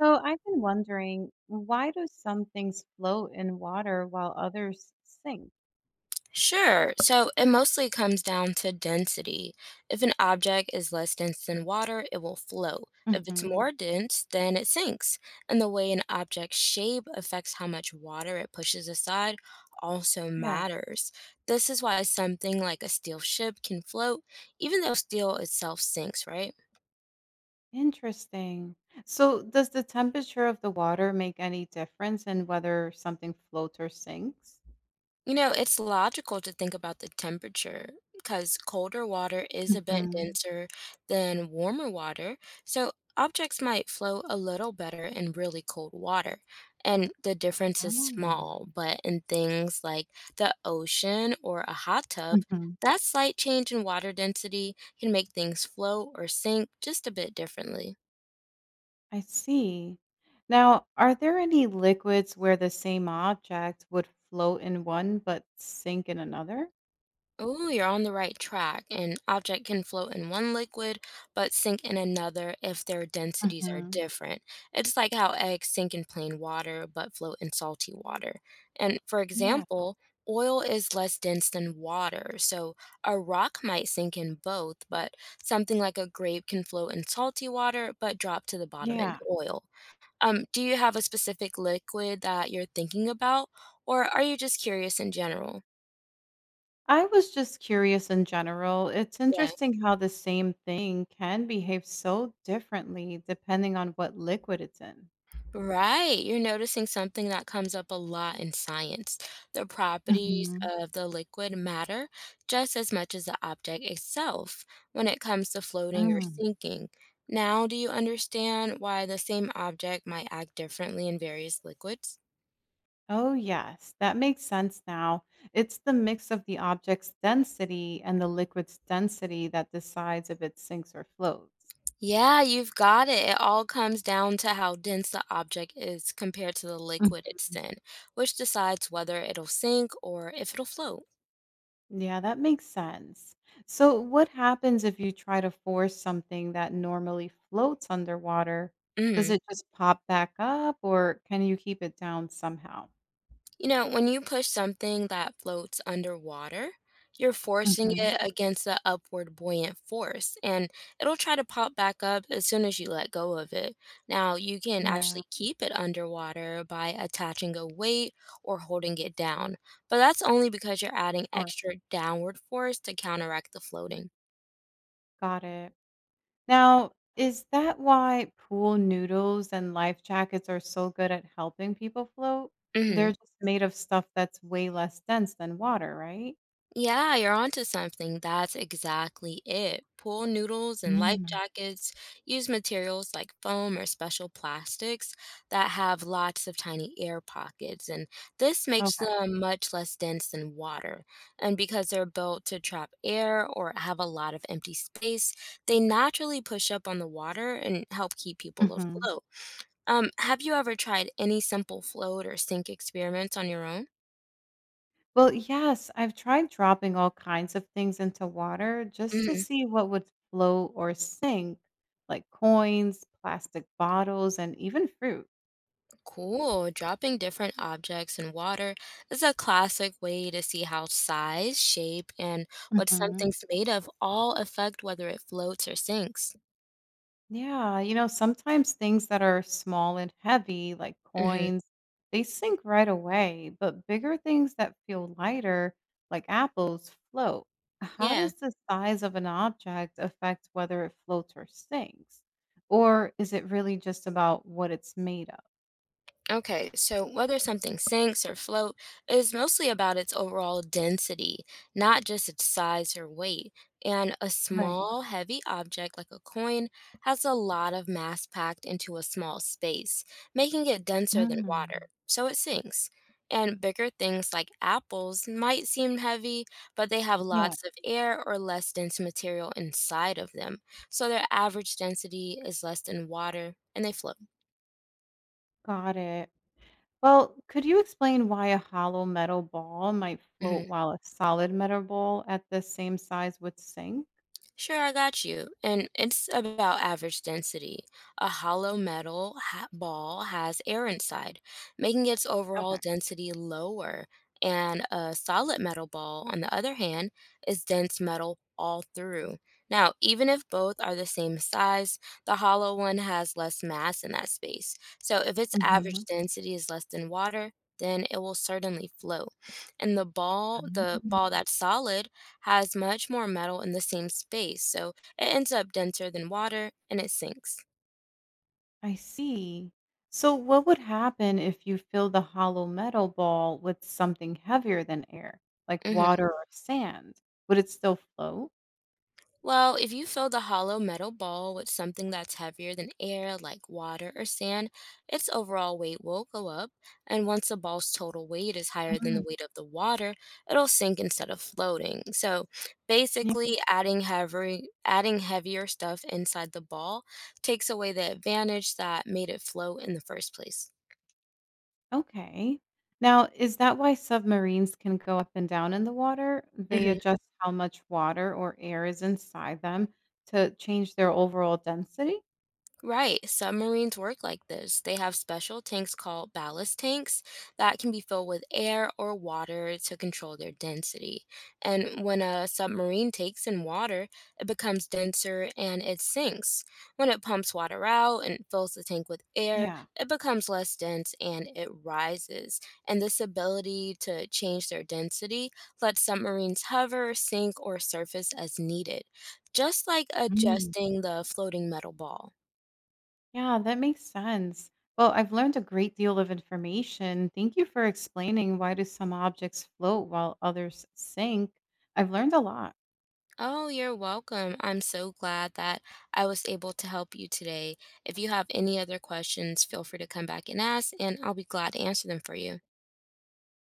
So I've been wondering, why do some things float in water while others sink? Sure. So it mostly comes down to density. If an object is less dense than water, it will float. If it's Hmm. more dense, then it sinks. And the way an object's shape affects how much water it pushes aside also Yeah, matters. This is why something like a steel ship can float, even though steel itself sinks, right? interesting. So does the temperature of the water make any difference in whether something floats or sinks? You know, it's logical to think about the temperature because colder water is a bit Hmm. denser than warmer water, so objects might flow a little better in really cold water. And the difference is Oh. small, but in things like the ocean or a hot tub, Hmm. that slight change in water density can make things float or sink just a bit differently. I see. Now, are there any liquids where the same object would float in one but sink in another? Oh, you're on the right track. An object can float in one liquid but sink in another if their densities are Hmm. different. It's like how eggs sink in plain water but float in salty water. And for Yeah. example, oil is less dense than water, so a rock might sink in both, but something like a grape can float in salty water but drop to the bottom in Yeah. oil. Do you have a specific liquid that you're thinking about, or are you just curious in general? I was just curious in general. It's Yeah. interesting how the same thing can behave so differently depending on what liquid it's in. Right. You're noticing something that comes up a lot in science. The properties Hmm. of the liquid matter just as much as the object itself when it comes to floating or Mm. sinking. Now, do you understand why the same object might act differently in various liquids? Oh, yes, that makes sense now. It's the mix of the object's density and the liquid's density that decides if it sinks or floats. Yeah, you've got it. It all comes down to how dense the object is compared to the liquid it's in, which decides whether it'll sink or if it'll float. Yeah, that makes sense. So, what happens if you try to force something that normally floats underwater? Does Mhm. it just pop back up or can you keep it down somehow? You know, when you push something that floats underwater, you're forcing Hmm. it against the upward buoyant force, and it'll try to pop back up as soon as you let go of it. Now, you can Yeah, actually keep it underwater by attaching a weight or holding it down, but that's only because you're adding sure. extra downward force to counteract the floating. Got it. Now, is that why pool noodles and life jackets are so good at helping people float? They're Hmm. just made of stuff that's way less dense than water, right? Yeah, you're onto something. That's exactly it. Pool noodles and life Mm. jackets use materials like foam or special plastics that have lots of tiny air pockets, and this makes Okay. them much less dense than water. And because they're built to trap air or have a lot of empty space, they naturally push up on the water and help keep people Mhm. afloat. Have you ever tried any simple float or sink experiments on your own? Well, yes, I've tried dropping all kinds of things into water just to Mm-hmm. see what would float or sink, like coins, plastic bottles, and even fruit. Cool. Dropping different objects in water is a classic way to see how size, shape, and what Hmm. something's made of all affect whether it floats or sinks. Yeah, sometimes things that are small and heavy, like Hmm. coins, they sink right away, but bigger things that feel lighter, like apples, float. How Yeah. does the size of an object affect whether it floats or sinks? Or is it really just about what it's made of? Okay, so whether something sinks or float is mostly about its overall density, not just its size or weight. And a Right. small, heavy object like a coin has a lot of mass packed into a small space, making it denser than water, Mm. so it sinks. And bigger things like apples might seem heavy, but they have Yeah, lots of air or less dense material inside of them. So their average density is less than water and they float. got it. Well, could you explain why a hollow metal ball might float Mhm. while a solid metal ball at the same size would sink? Sure, I got you. And it's about average density. A hollow metal ball has air inside, making its overall Okay. density lower. And a solid metal ball, on the other hand, is dense metal all through. Now, even if both are the same size, the hollow one has less mass in that space. So, if its average Hmm. density is less than water, then it will certainly float. And the ball that's solid, has much more metal in the same space, so it ends up denser than water and it sinks. I see. So, what would happen if you fill the hollow metal ball with something heavier than air, like Hmm. water or sand? Would it still float? Well, if you fill the hollow metal ball with something that's heavier than air, like water or sand, its overall weight will go up. And once the ball's total weight is higher than the Mm. weight of the water, it'll sink instead of floating. So basically, adding heavier stuff inside the ball takes away the advantage that made it float in the first place. Okay. Now, is that why submarines can go up and down in the water? They Mhm. adjust how much water or air is inside them to change their overall density? Right. Submarines work like this. They have special tanks called ballast tanks that can be filled with air or water to control their density. And when a submarine takes in water, it becomes denser and it sinks. When it pumps water out and fills the tank with air, Yeah. it becomes less dense and it rises. And this ability to change their density lets submarines hover, sink, or surface as needed, just like Mm. adjusting the floating metal ball. Yeah, that makes sense. Well, I've learned a great deal of information. Thank you for explaining why do some objects float while others sink. I've learned a lot. Oh, you're welcome. I'm so glad that I was able to help you today. If you have any other questions, feel free to come back and ask, and I'll be glad to answer them for you.